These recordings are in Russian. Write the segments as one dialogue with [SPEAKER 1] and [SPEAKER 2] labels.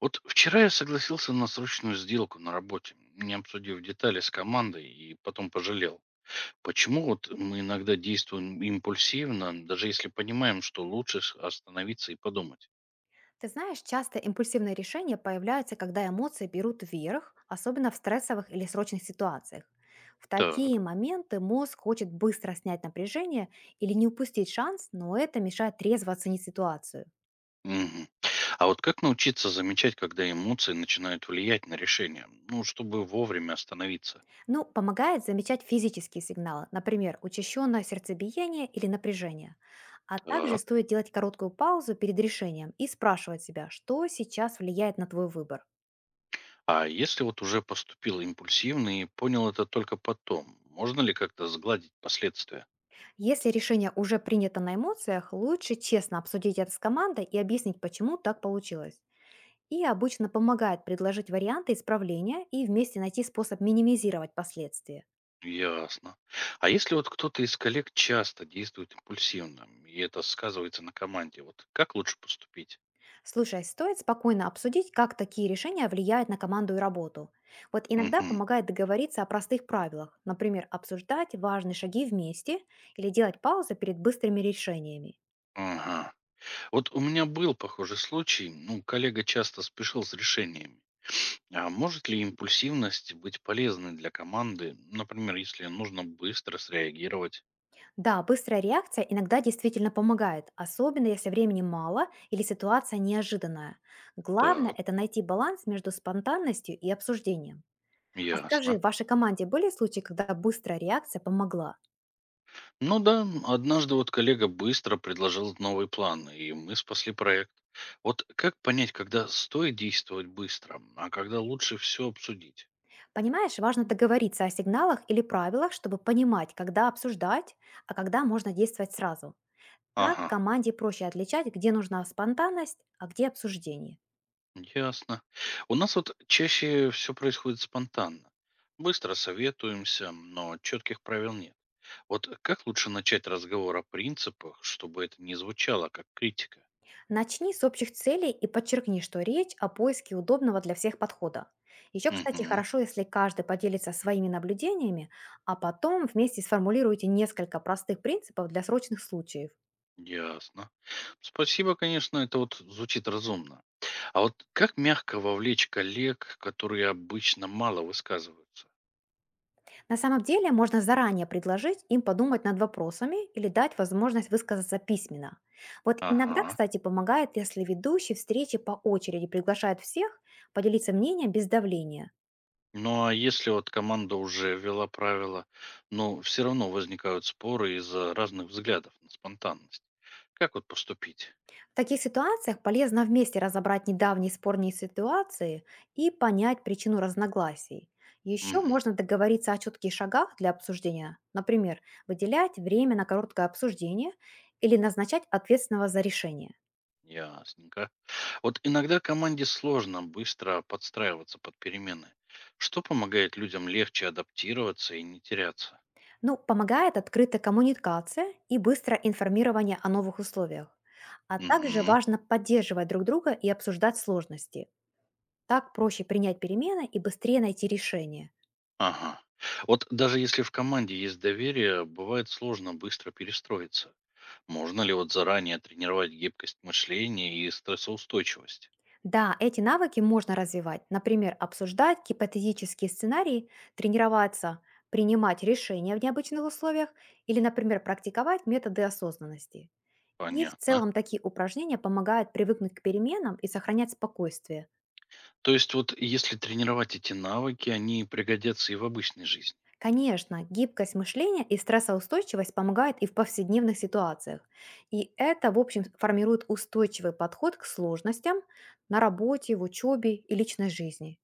[SPEAKER 1] Вот вчера я согласился на срочную сделку на работе, не обсудив детали с командой, и потом пожалел. Почему вот мы иногда действуем импульсивно, даже если понимаем, что лучше остановиться и подумать?
[SPEAKER 2] Ты знаешь, часто импульсивные решения появляются, когда эмоции берут вверх, особенно в стрессовых или срочных ситуациях. В такие
[SPEAKER 1] Так.
[SPEAKER 2] моменты мозг хочет быстро снять напряжение или не упустить шанс, но это мешает трезво оценить ситуацию.
[SPEAKER 1] Мгм. А вот как научиться замечать, когда эмоции начинают влиять на решение? Ну, чтобы вовремя остановиться.
[SPEAKER 2] Ну, помогает замечать физические сигналы, например, учащенное сердцебиение или напряжение. А также
[SPEAKER 1] Так.
[SPEAKER 2] стоит делать короткую паузу перед решением и спрашивать себя, что сейчас влияет на твой выбор.
[SPEAKER 1] А если вот уже поступил импульсивно и понял это только потом, можно ли как-то сгладить последствия?
[SPEAKER 2] Если решение уже принято на эмоциях, лучше честно обсудить это с командой и объяснить, почему так получилось. И обычно помогает предложить варианты исправления и вместе найти способ минимизировать последствия.
[SPEAKER 1] Ясно. А если вот кто-то из коллег часто действует импульсивно, и это сказывается на команде, вот как лучше поступить?
[SPEAKER 2] Слушай, стоит спокойно обсудить, как такие решения влияют на команду и работу. Вот иногда
[SPEAKER 1] Мгм.
[SPEAKER 2] помогает договориться о простых правилах, например, обсуждать важные шаги вместе или делать паузы перед быстрыми решениями.
[SPEAKER 1] Ага. Вот у меня был похожий случай, ну, коллега часто спешил с решениями. А может ли импульсивность быть полезной для команды, например, если нужно быстро среагировать?
[SPEAKER 2] Да, быстрая реакция иногда действительно помогает, особенно если времени мало или ситуация неожиданная. Главное–
[SPEAKER 1] Так,
[SPEAKER 2] это найти баланс между спонтанностью и обсуждением. А скажи,
[SPEAKER 1] ясно.
[SPEAKER 2] в вашей команде были случаи, когда быстрая реакция помогла?
[SPEAKER 1] Ну да, однажды вот коллега быстро предложил новый план, и мы спасли проект. Вот как понять, когда стоит действовать быстро, а когда лучше все обсудить?
[SPEAKER 2] Понимаешь, важно договориться о сигналах или правилах, чтобы понимать, когда обсуждать, а когда можно действовать сразу. Так
[SPEAKER 1] Ага,
[SPEAKER 2] команде проще отличать, где нужна спонтанность, а где обсуждение.
[SPEAKER 1] ясно. У нас вот чаще все происходит спонтанно. Быстро советуемся, но четких правил нет. Вот как лучше начать разговор о принципах, чтобы это не звучало как критика?
[SPEAKER 2] Начни с общих целей и подчеркни, что речь о поиске удобного для всех подхода. Еще, кстати,
[SPEAKER 1] Угу,
[SPEAKER 2] хорошо, если каждый поделится своими наблюдениями, а потом вместе сформулируйте несколько простых принципов для срочных случаев.
[SPEAKER 1] ясно. Спасибо, конечно, это вот звучит разумно. А вот как мягко вовлечь коллег, которые обычно мало высказываются?
[SPEAKER 2] На самом деле можно заранее предложить им подумать над вопросами или дать возможность высказаться письменно. Вот иногда,
[SPEAKER 1] Ага.
[SPEAKER 2] кстати, помогает, если ведущий встречи по очереди приглашает всех поделиться мнением без давления.
[SPEAKER 1] Ну а если вот команда уже ввела правила, но все равно возникают споры из-за разных взглядов на спонтанность. Как вот поступить?
[SPEAKER 2] В таких ситуациях полезно вместе разобрать недавние спорные ситуации и понять причину разногласий. Еще
[SPEAKER 1] Угу,
[SPEAKER 2] можно договориться о четких шагах для обсуждения, например, выделять время на короткое обсуждение или назначать ответственного за решение.
[SPEAKER 1] ясненько. Вот иногда команде сложно быстро подстраиваться под перемены. Что помогает людям легче адаптироваться и не теряться?
[SPEAKER 2] Ну, помогает открытая коммуникация и быстрое информирование о новых условиях. А также
[SPEAKER 1] Угу,
[SPEAKER 2] важно поддерживать друг друга и обсуждать сложности. Так проще принять перемены и быстрее найти решение.
[SPEAKER 1] ага. Вот даже если в команде есть доверие, бывает сложно быстро перестроиться. Можно ли вот заранее тренировать гибкость мышления и стрессоустойчивость?
[SPEAKER 2] Да, эти навыки можно развивать. Например, обсуждать гипотетические сценарии, тренироваться, принимать решения в необычных условиях или, например, практиковать методы осознанности. И в
[SPEAKER 1] Понятно.
[SPEAKER 2] целом такие упражнения помогают привыкнуть к переменам и сохранять спокойствие.
[SPEAKER 1] То есть вот если тренировать эти навыки, они пригодятся и в обычной жизни.
[SPEAKER 2] Конечно, гибкость мышления и стрессоустойчивость помогают и в повседневных ситуациях. И это, в общем, формирует устойчивый подход к сложностям на работе, в учебе и личной жизни.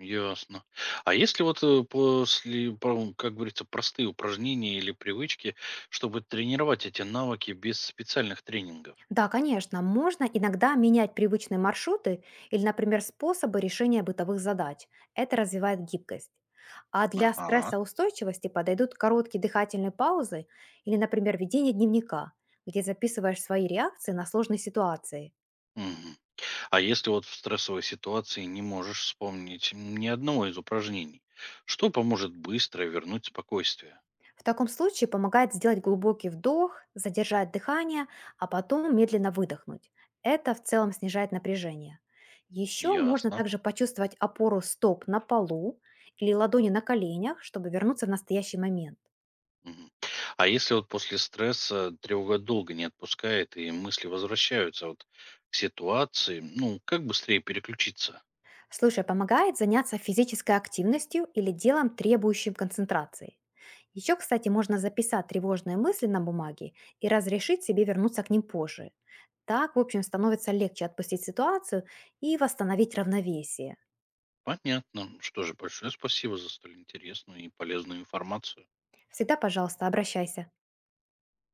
[SPEAKER 1] Ясно. А если вот после, как говорится, простые упражнения или привычки, чтобы тренировать эти навыки без специальных тренингов?
[SPEAKER 2] Да, конечно, можно иногда менять привычные маршруты или, например, способы решения бытовых задач. Это развивает гибкость. А для
[SPEAKER 1] Ага.
[SPEAKER 2] стрессоустойчивости подойдут короткие дыхательные паузы или, например, ведение дневника, где записываешь свои реакции на сложные ситуации.
[SPEAKER 1] Мгм. А если вот в стрессовой ситуации не можешь вспомнить ни одного из упражнений, что поможет быстро вернуть спокойствие?
[SPEAKER 2] В таком случае помогает сделать глубокий вдох, задержать дыхание, а потом медленно выдохнуть. Это в целом снижает напряжение. Еще можно
[SPEAKER 1] Ясно.
[SPEAKER 2] также почувствовать опору стоп на полу или ладони на коленях, чтобы вернуться в настоящий момент.
[SPEAKER 1] Мгм. А если вот после стресса тревога долго не отпускает и мысли возвращаются вот к ситуации, ну, как быстрее переключиться?
[SPEAKER 2] Слушай, а помогает заняться физической активностью или делом, требующим концентрации. Еще, кстати, можно записать тревожные мысли на бумаге и разрешить себе вернуться к ним позже. Так, в общем, становится легче отпустить ситуацию и восстановить равновесие.
[SPEAKER 1] Понятно. Что же, большое спасибо за столь интересную и полезную информацию.
[SPEAKER 2] Всегда, пожалуйста, обращайся.